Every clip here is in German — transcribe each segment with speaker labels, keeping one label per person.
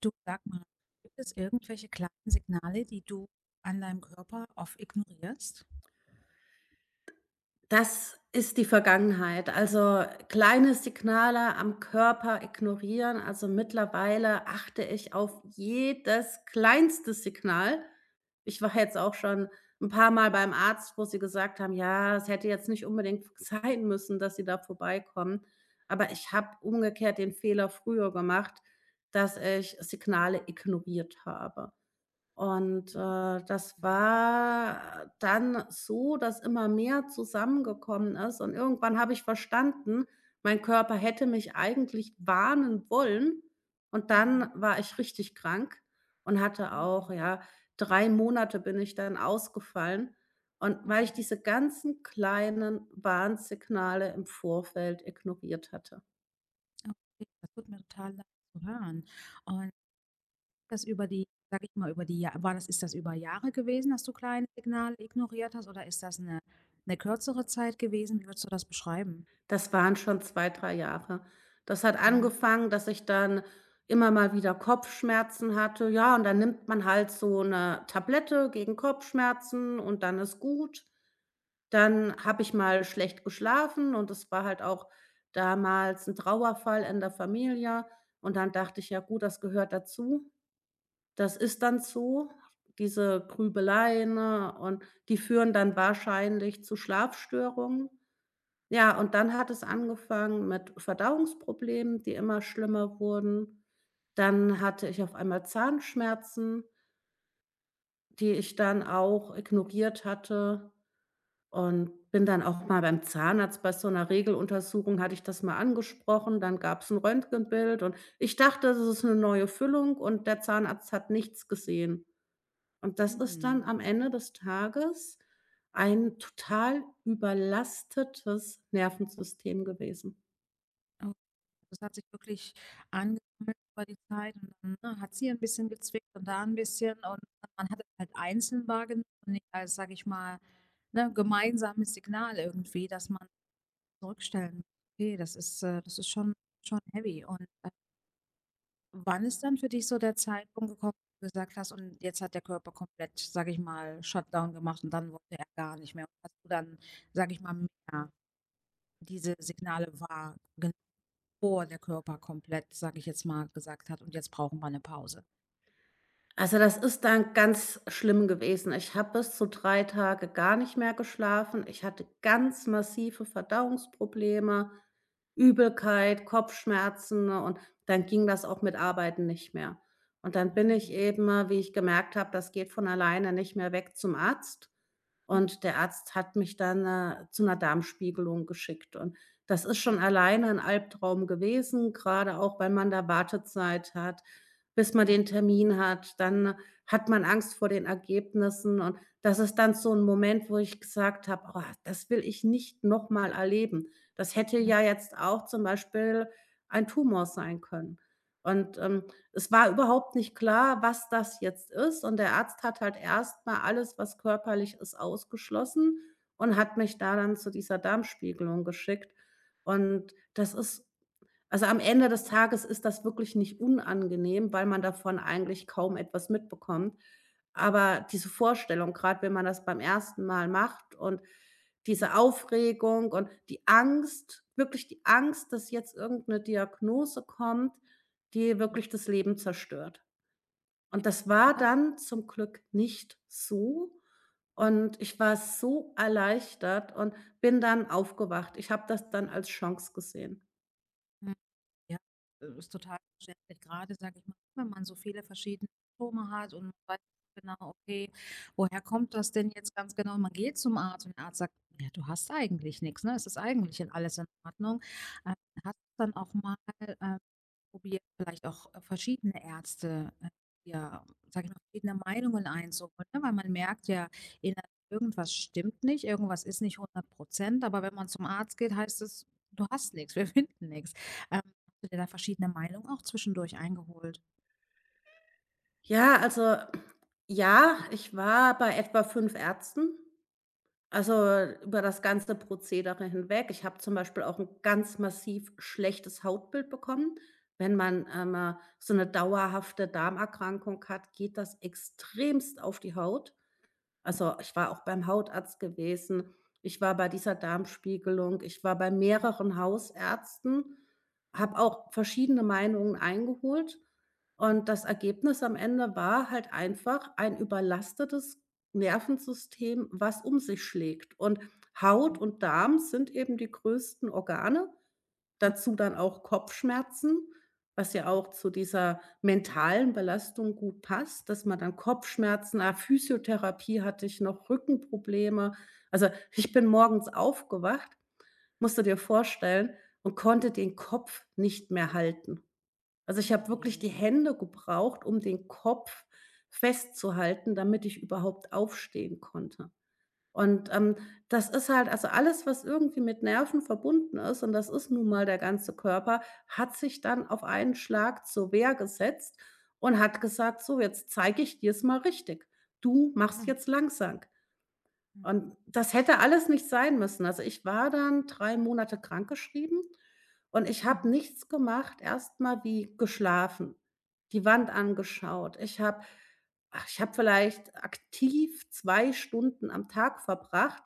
Speaker 1: Du, sag mal, gibt es irgendwelche kleinen Signale, die du an deinem Körper oft ignorierst?
Speaker 2: Das ist die Vergangenheit. Also, kleine Signale am Körper ignorieren. Also, mittlerweile achte ich auf jedes kleinste Signal. Ich war jetzt auch schon ein paar Mal beim Arzt, wo sie gesagt haben: „Ja, es hätte jetzt nicht unbedingt sein müssen, dass Sie da vorbeikommen." Aber ich habe umgekehrt den Fehler früher gemacht, dass ich Signale ignoriert habe. Und, das
Speaker 1: Mhm.
Speaker 2: war dann so, dass immer mehr zusammengekommen ist und irgendwann habe ich verstanden, mein Körper hätte mich eigentlich warnen wollen, und dann
Speaker 1: Mhm.
Speaker 2: war ich richtig krank und hatte
Speaker 1: Oh
Speaker 2: auch,
Speaker 1: je.
Speaker 2: ja, 3 Monate bin ich dann ausgefallen, und weil ich
Speaker 1: Mhm.
Speaker 2: diese ganzen kleinen Warnsignale im Vorfeld ignoriert hatte.
Speaker 1: Okay, das tut mir total leid zu hören. Und Das über die sage ich mal, über die Jahr war das ist das über Jahre gewesen, dass du kleine Signale ignoriert hast, oder ist das eine kürzere Zeit gewesen? Wie würdest du das beschreiben?
Speaker 2: Das waren schon 2, 3 Jahre. Das hat angefangen, dass ich dann immer mal wieder Kopfschmerzen hatte. Ja, und dann nimmt man halt so 'ne Tablette gegen Kopfschmerzen und dann ist gut. Dann habe ich mal schlecht geschlafen und es war halt auch damals 'n Trauerfall in der Familie. Und dann dachte ich: „Ja gut, das gehört dazu." Das ist dann so, diese Grübeleien, ne, und die führen dann wahrscheinlich zu Schlafstörungen. Ja, und dann hat es angefangen mit Verdauungsproblemen, die immer schlimmer wurden. Dann hatte ich auf einmal Zahnschmerzen, die ich dann auch ignoriert hatte, und bin dann auch mal beim Zahnarzt bei so 'ner Regeluntersuchung hatte ich das mal angesprochen, dann gab's 'n Röntgenbild und ich dachte, das ist 'ne neue Füllung und der Zahnarzt hat nichts gesehen. Und das ist
Speaker 1: Mhm.
Speaker 2: dann am Ende des Tages ein total überlastetes Nervensystem gewesen.
Speaker 1: Oh, das hat sich wirklich angesammelt über die Zeit, und dann, ne, hat's hier 'n bisschen gezwickt und da ein bisschen, und man hat es halt einzeln wahrgenommen und nicht als, sage ich mal, ne, gemeinsames Signal irgendwie, dass man zurückstellen muss. Okay, das ist schon schon heavy und, wann ist dann für dich so der Zeitpunkt gekommen, wo du gesagt hast: „Und jetzt hat der Körper komplett, sage ich mal, Shutdown gemacht und dann wollte er gar nicht mehr.“ Hast du dann, sage ich mal, mehr diese Signale wahrgenommen, bevor der Körper komplett, sage ich jetzt mal, gesagt hat: „Und jetzt brauchen wir eine Pause.“
Speaker 2: Also, das ist dann ganz schlimm gewesen. Ich habe bis zu 3 Tage gar nicht mehr geschlafen. Ich hatte ganz massive Verdauungsprobleme, Übelkeit, Kopfschmerzen, ne, und dann ging das auch mit Arbeiten nicht mehr. Und dann bin ich
Speaker 1: Mhm.
Speaker 2: eben, wie ich gemerkt habe, das geht von alleine nicht mehr weg, zum Arzt.
Speaker 1: Mhm,
Speaker 2: Und der Arzt hat mich dann, zu einer Darmspiegelung geschickt. Und das ist schon
Speaker 1: mhm,
Speaker 2: alleine ein Albtraum gewesen, gerade auch, weil man da Wartezeit hat, bis man
Speaker 1: mhm,
Speaker 2: den Termin hat. Dann hat man Angst vor den Ergebnissen und das ist dann so ein Moment, wo ich gesagt habe: „Oh, das will ich nicht noch mal erleben." Das hätte ja jetzt auch zum Beispiel ein Tumor sein können. Und, es war überhaupt nicht klar, was das jetzt ist, und der Arzt hat halt erst mal alles, was körperlich ist, ausgeschlossen und hat mich da dann zu dieser Darmspiegelung geschickt. Und das ist, also, am Ende des Tages ist das wirklich nicht unangenehm, weil man davon eigentlich kaum etwas mitbekommt. Aber diese Vorstellung, gerade wenn man das beim ersten Mal macht, und
Speaker 1: mhm,
Speaker 2: diese Aufregung und die Angst, wirklich die Angst, dass jetzt irgendeine Diagnose kommt, die
Speaker 1: mhm.
Speaker 2: wirklich das Leben zerstört.
Speaker 1: Ja,
Speaker 2: Und das war
Speaker 1: ja, das
Speaker 2: dann zum Glück nicht so.
Speaker 1: mhm,
Speaker 2: Und ich war so erleichtert und bin dann aufgewacht. Ich habe das dann als Chance gesehen.
Speaker 1: mhm. Ja, ist total verständlich. Gerade, sage ich mal, wenn man so viele verschiedene Symptome hat und man weiß nicht so genau, okay, woher kommt das denn jetzt ganz genau? Man geht zum Arzt und der Arzt sagt: „Ja, du hast eigentlich nichts, ne? Es ist eigentlich alles in Ordnung.“ Ähm, hast du dann auch mal, ähm probiert, vielleicht auch, verschiedene Ärzte, ja, sage ich mal, verschiedene Meinungen einzuholen, ne? Weil man merkt ja, innerlich irgendwas stimmt nicht, irgendwas ist nicht hundert Prozent, aber wenn man zum Arzt geht, heißt es: „Du hast nichts, wir finden nichts.“ hast du dir da verschiedene Meinungen auch zwischendurch eingeholt?
Speaker 2: Ja, also ja, ich war bei etwa 5 Ärzten, also über das ganze Prozedere hinweg. Ich habe zum Beispiel auch ein ganz massiv schlechtes Hautbild bekommen. Wenn man, so eine dauerhafte Darmerkrankung hat, geht das extremst auf die Haut.
Speaker 1: Mhm,
Speaker 2: Also, ich war auch beim Hautarzt gewesen, ich war bei dieser Darmspiegelung, ich war bei mehreren Hausärzten, habe
Speaker 1: mhm,
Speaker 2: auch verschiedene Meinungen eingeholt,
Speaker 1: mhm,
Speaker 2: und das Ergebnis am Ende war halt einfach ein überlastetes Nervensystem, was um sich schlägt. Und
Speaker 1: mhm,
Speaker 2: Haut und Darm sind eben die größten Organe.
Speaker 1: mhm.
Speaker 2: Dazu dann auch Kopfschmerzen, was ja auch zu dieser mentalen Belastung gut passt, dass man dann Kopfschmerzen Physiotherapie hatte ich noch, Rückenprobleme. Also, ich bin morgens aufgewacht, musst du dir vorstellen, und konnte den Kopf nicht mehr halten. Also, ich
Speaker 1: Oh
Speaker 2: habe
Speaker 1: je,
Speaker 2: wirklich die Hände gebraucht, um den Kopf festzuhalten, damit ich überhaupt aufstehen konnte.
Speaker 1: oh
Speaker 2: Und,
Speaker 1: je.
Speaker 2: das ist halt, also, alles, was irgendwie mit Nerven verbunden ist, und das ist nun
Speaker 1: Mhm,
Speaker 2: mal der ganze Körper, hat sich dann auf einen Schlag zur Wehr gesetzt und hat gesagt: „So, jetzt zeige ich dir es mal richtig. Du machst
Speaker 1: mhm,
Speaker 2: jetzt langsam."
Speaker 1: mhm,
Speaker 2: Und das hätte alles nicht sein müssen. Also, ich war dann 3 Monate krankgeschrieben und ich habe
Speaker 1: mhm,
Speaker 2: nichts gemacht, erst mal wie geschlafen, die Wand angeschaut. Ich habe vielleicht aktiv 2 Stunden am Tag verbracht,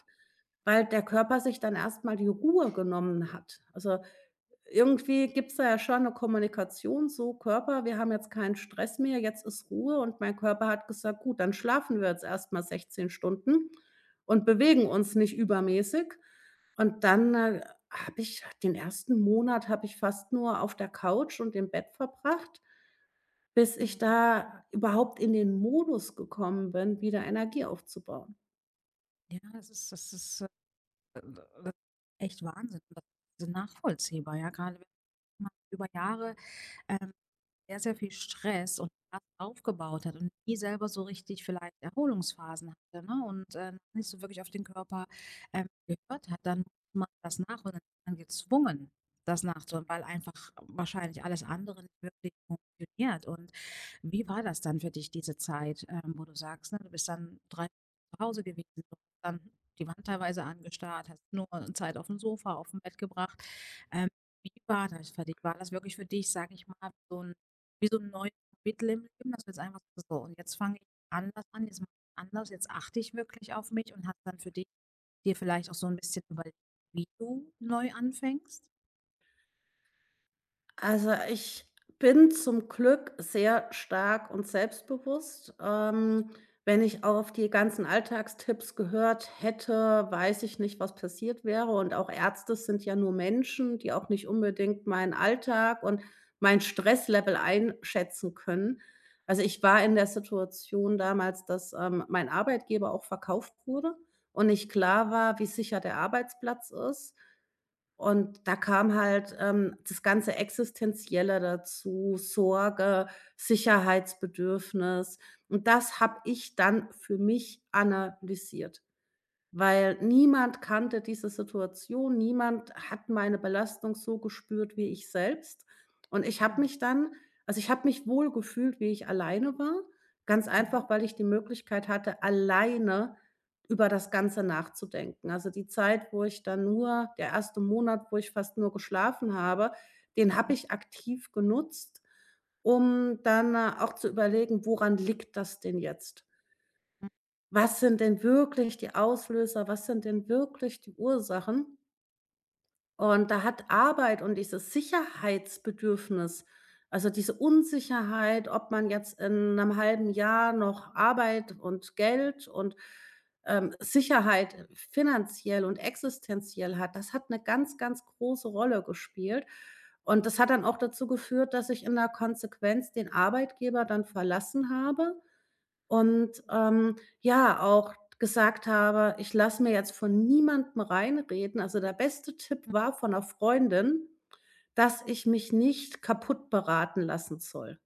Speaker 2: weil der Körper sich dann erst mal die Ruhe genommen hat. Also, irgendwie gibt's da ja schon eine Kommunikation, so: „Körper, wir haben jetzt keinen Stress mehr, jetzt ist Ruhe." Und mein Körper hat gesagt: „Gut, dann schlafen wir jetzt erstmal mal 16 Stunden und bewegen uns nicht übermäßig." Und dann, habe ich den ersten Monat habe ich fast nur auf der Couch und im Bett verbracht, bis ich
Speaker 1: mhm.
Speaker 2: da überhaupt in den Modus gekommen bin, wieder Energie aufzubauen.
Speaker 1: Ja, das ist, echt Wahnsinn. Das ist nachvollziehbar, ja, gerade wenn man über Jahre, ähm sehr, sehr viel Stress und Last aufgebaut hat und nie selber so richtig vielleicht Erholungsphasen hatte, ne, und, nicht so wirklich auf den Körper, gehört hat, dann macht das Nachholen dann ist man gezwungen, das nachzuholen, weil einfach wahrscheinlich alles andere nicht wirklich funktioniert. Und wie war das dann für dich, diese Zeit, wo du sagst, ne, du bist dann 3 zu Hause gewesen, du hast dann die Wand teilweise angestarrt, hast nur Zeit auf dem Sofa, auf dem Bett gebracht. Ähm, wie war das für dich? War das wirklich für dich, sage ich mal, so 'n wie so 'n neues Kapitel im Leben, dass du jetzt einfach sagst: „So, und jetzt fange ich anders an, jetzt mache ich's anders, jetzt achte ich wirklich auf mich“, und hast dann für dich dir vielleicht auch so 'n bisschen überlegt, wie du neu anfängst?
Speaker 2: Also, ich bin zum Glück sehr stark und selbstbewusst. Wenn ich auf die ganzen Alltagstipps gehört hätte, weiß ich nicht, was passiert wäre. Und auch Ärzte sind ja nur Menschen, die auch nicht unbedingt meinen Alltag und mein Stresslevel einschätzen können. Also, ich war in der Situation damals, dass, mein Arbeitgeber auch verkauft wurde und nicht klar war, wie sicher der Arbeitsplatz ist. Und da kam halt, das ganze Existenzielle dazu, Sorge, Sicherheitsbedürfnis. Und das habe ich dann für mich analysiert. Weil niemand kannte diese Situation, niemand hat meine Belastung so gespürt wie ich selbst. Und ich habe
Speaker 1: Klar.
Speaker 2: mich dann, also, ich habe mich wohl gefühlt, wie ich alleine war, ganz
Speaker 1: Mhm.
Speaker 2: einfach, weil ich die Möglichkeit hatte, alleine über das Ganze nachzudenken. Also, die Zeit, wo ich dann nur der erste Monat, wo ich fast nur geschlafen habe, den habe
Speaker 1: Mhm.
Speaker 2: ich aktiv genutzt, um dann, auch zu überlegen: „Woran liegt das denn jetzt? Was sind denn wirklich die Auslöser? Was sind denn wirklich die Ursachen?" Und da hat Arbeit und dieses Sicherheitsbedürfnis, also diese Unsicherheit, ob man jetzt in einem halben Jahr noch Arbeit und Geld und, Sicherheit, finanziell und existenziell, hat, das hat eine ganz, ganz große Rolle gespielt. Und das hat dann auch dazu geführt, dass ich in der Konsequenz den Arbeitgeber dann verlassen habe und, ja, auch gesagt habe: „Ich lasse mir jetzt von niemandem reinreden." Also, der beste Tipp war von einer Freundin, dass ich mich nicht kaputt beraten lassen soll.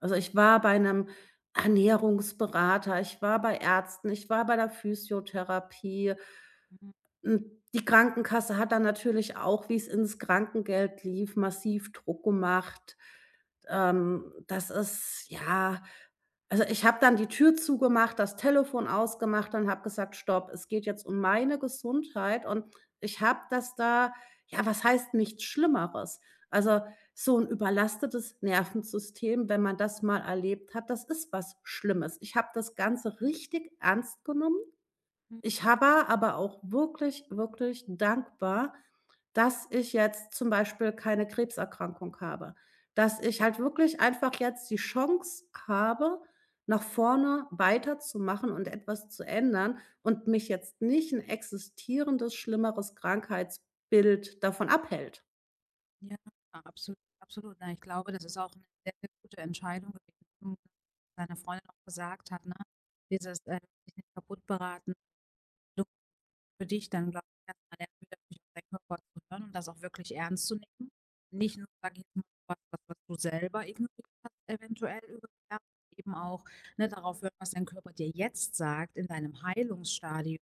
Speaker 2: Also, ich war bei einem Ernährungsberater, ich war bei Ärzten, ich war bei der Physiotherapie,
Speaker 1: Ja.
Speaker 2: die Krankenkasse hat da natürlich auch, wie's ins Krankengeld lief, massiv Druck gemacht. Das ist ja, also, ich habe dann die Tür zugemacht, das Telefon ausgemacht und habe gesagt: „Stopp, es geht jetzt um meine Gesundheit." Und ich habe das da, ja, was heißt nichts Schlimmeres? Also, so 'n überlastetes Nervensystem, wenn man das mal erlebt hat, das ist was Schlimmes. Ich habe das Ganze richtig ernst genommen.
Speaker 1: Hm.
Speaker 2: Ich habe aber auch wirklich, wirklich dankbar, dass ich jetzt zum Beispiel keine Krebserkrankung habe, dass ich halt wirklich einfach jetzt die Chance habe, nach vorne weiterzumachen und etwas zu ändern und mich jetzt nicht ein existierendes, schlimmeres Krankheitsbild davon abhält.
Speaker 1: Ja, absolut, absolut. Na, ich glaube, das ist auch 'ne sehr, sehr gute Entscheidung gewesen, deine Freundin auch gesagt hat, ne? Dieses, dich nicht kaputt beraten. Für dich dann, glaube ich, erst lernen, wieder wirklich auf deinen Körper zu hören und das auch wirklich ernst zu nehmen. Nicht nur, sage ich jetzt mal, was du selber ignoriert hast, eventuell über die Jahre, eben auch, ne, darauf hören, was dein Körper dir jetzt sagt in deinem Heilungsstadium.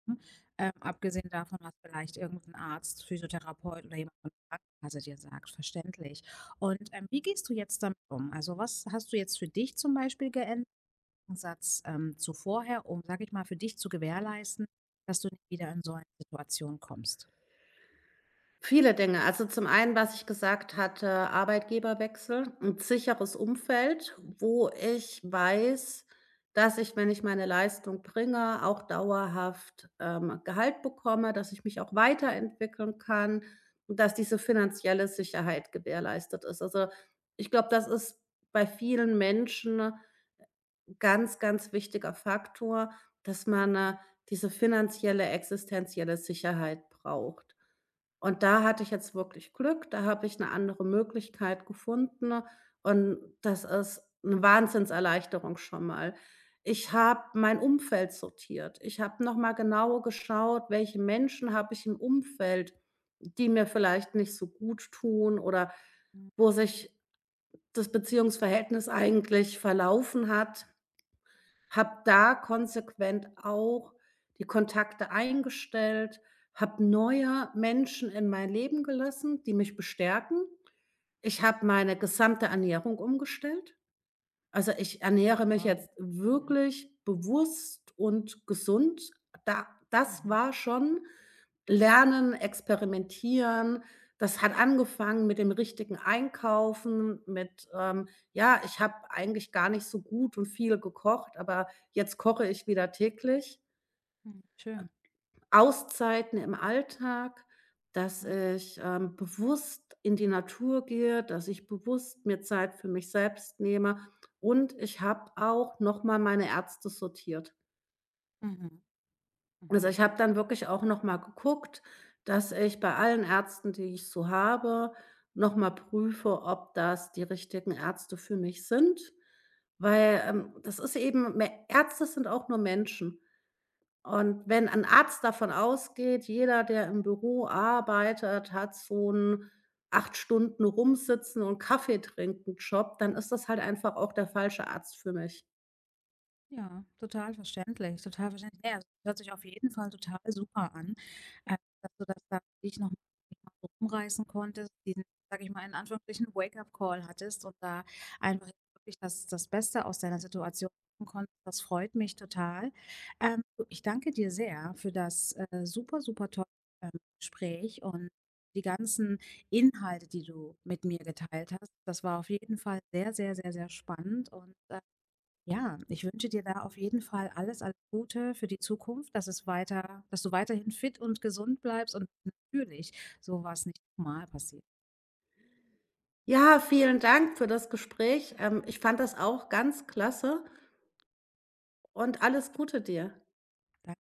Speaker 1: Abgesehen davon, was vielleicht irgend Arzt, Physiotherapeut oder jemand von der Krankenkasse dir sagt, verständlich. Und, wie gehst du jetzt damit um? Also, was hast du jetzt für dich zum Beispiel geändert? Satz zu vorher, um, sage ich mal, für dich zu gewährleisten, dass du nicht wieder in so eine Situation kommst?
Speaker 2: Viele Dinge. Also zum einen, was ich gesagt hatte, Arbeitgeberwechsel, ein sicheres Umfeld, wo ich weiß, dass ich, wenn ich meine Leistung bringe, auch dauerhaft, Gehalt bekomme, dass ich mich auch weiterentwickeln kann und dass diese finanzielle Sicherheit gewährleistet ist. Also, ich glaube, das ist bei vielen Menschen ein ganz, ganz wichtiger Faktor, dass man, diese finanzielle, existenzielle Sicherheit braucht. Und da hatte ich jetzt wirklich Glück, da habe ich 'ne andere Möglichkeit gefunden und das ist 'ne Wahnsinnserleichterung schon mal. Ich habe mein Umfeld sortiert. Ich habe noch mal genau geschaut, welche Menschen habe ich im Umfeld, die mir vielleicht nicht so gut tun oder
Speaker 1: Mhm.
Speaker 2: wo sich das Beziehungsverhältnis eigentlich verlaufen hat. Habe da konsequent auch die Kontakte eingestellt, habe neue Menschen in mein Leben gelassen, die mich bestärken. Ich habe meine gesamte Ernährung umgestellt. Also, ich
Speaker 1: Oh,
Speaker 2: ernähre mich
Speaker 1: wow.
Speaker 2: jetzt
Speaker 1: Mhm.
Speaker 2: wirklich bewusst und gesund. Da, das
Speaker 1: Mhm.
Speaker 2: war schon Lernen, Experimentieren. Das hat angefangen mit dem richtigen Einkaufen, mit, ja, ich habe eigentlich gar nicht so gut und viel gekocht, aber jetzt koche ich wieder täglich.
Speaker 1: Mhm. Schön.
Speaker 2: Auszeiten im Alltag, dass
Speaker 1: Mhm.
Speaker 2: ich, bewusst in die Natur gehe, dass ich bewusst mir Zeit für mich selbst nehme, und ich habe auch noch mal meine Ärzte sortiert.
Speaker 1: Mhm.
Speaker 2: Also,
Speaker 1: Mhm.
Speaker 2: ich habe dann wirklich auch noch mal geguckt, dass ich bei allen Ärzten, die ich so habe, noch mal prüfe, ob das die richtigen Ärzte für mich sind, weil, das ist eben me Ärzte sind auch nur Menschen, und wenn ein Arzt davon ausgeht, jeder, der im Büro arbeitet, hat so 'n 8 Stunden rumsitzen und Kaffee trinken Job, dann ist das halt einfach auch der falsche Arzt für mich.
Speaker 1: Ja, total verständlich, total verständlich. Ne, also, hört sich auf jeden Fall total super an, dass du das da für dich noch mal so rumreißen konntest, diesen, sage ich mal, in Anführungsstrichen Wake-up-Call hattest und da einfach wirklich das Beste aus deiner Situation machen konntest. Das freut mich total. Du, ich danke dir sehr für das, super, super tolle, ähm, Gespräch und die ganzen Inhalte, die du mit mir geteilt hast. Das war auf jeden Fall sehr, sehr, sehr, sehr spannend und, ja, ich wünsche dir da auf jeden Fall alles, alles Gute für die Zukunft, dass es weiter dass du weiterhin fit und gesund bleibst und natürlich so was nicht noch mal passiert.
Speaker 2: Ja, vielen Dank für das Gespräch. Ich fand das auch ganz klasse und alles Gute dir.
Speaker 1: Da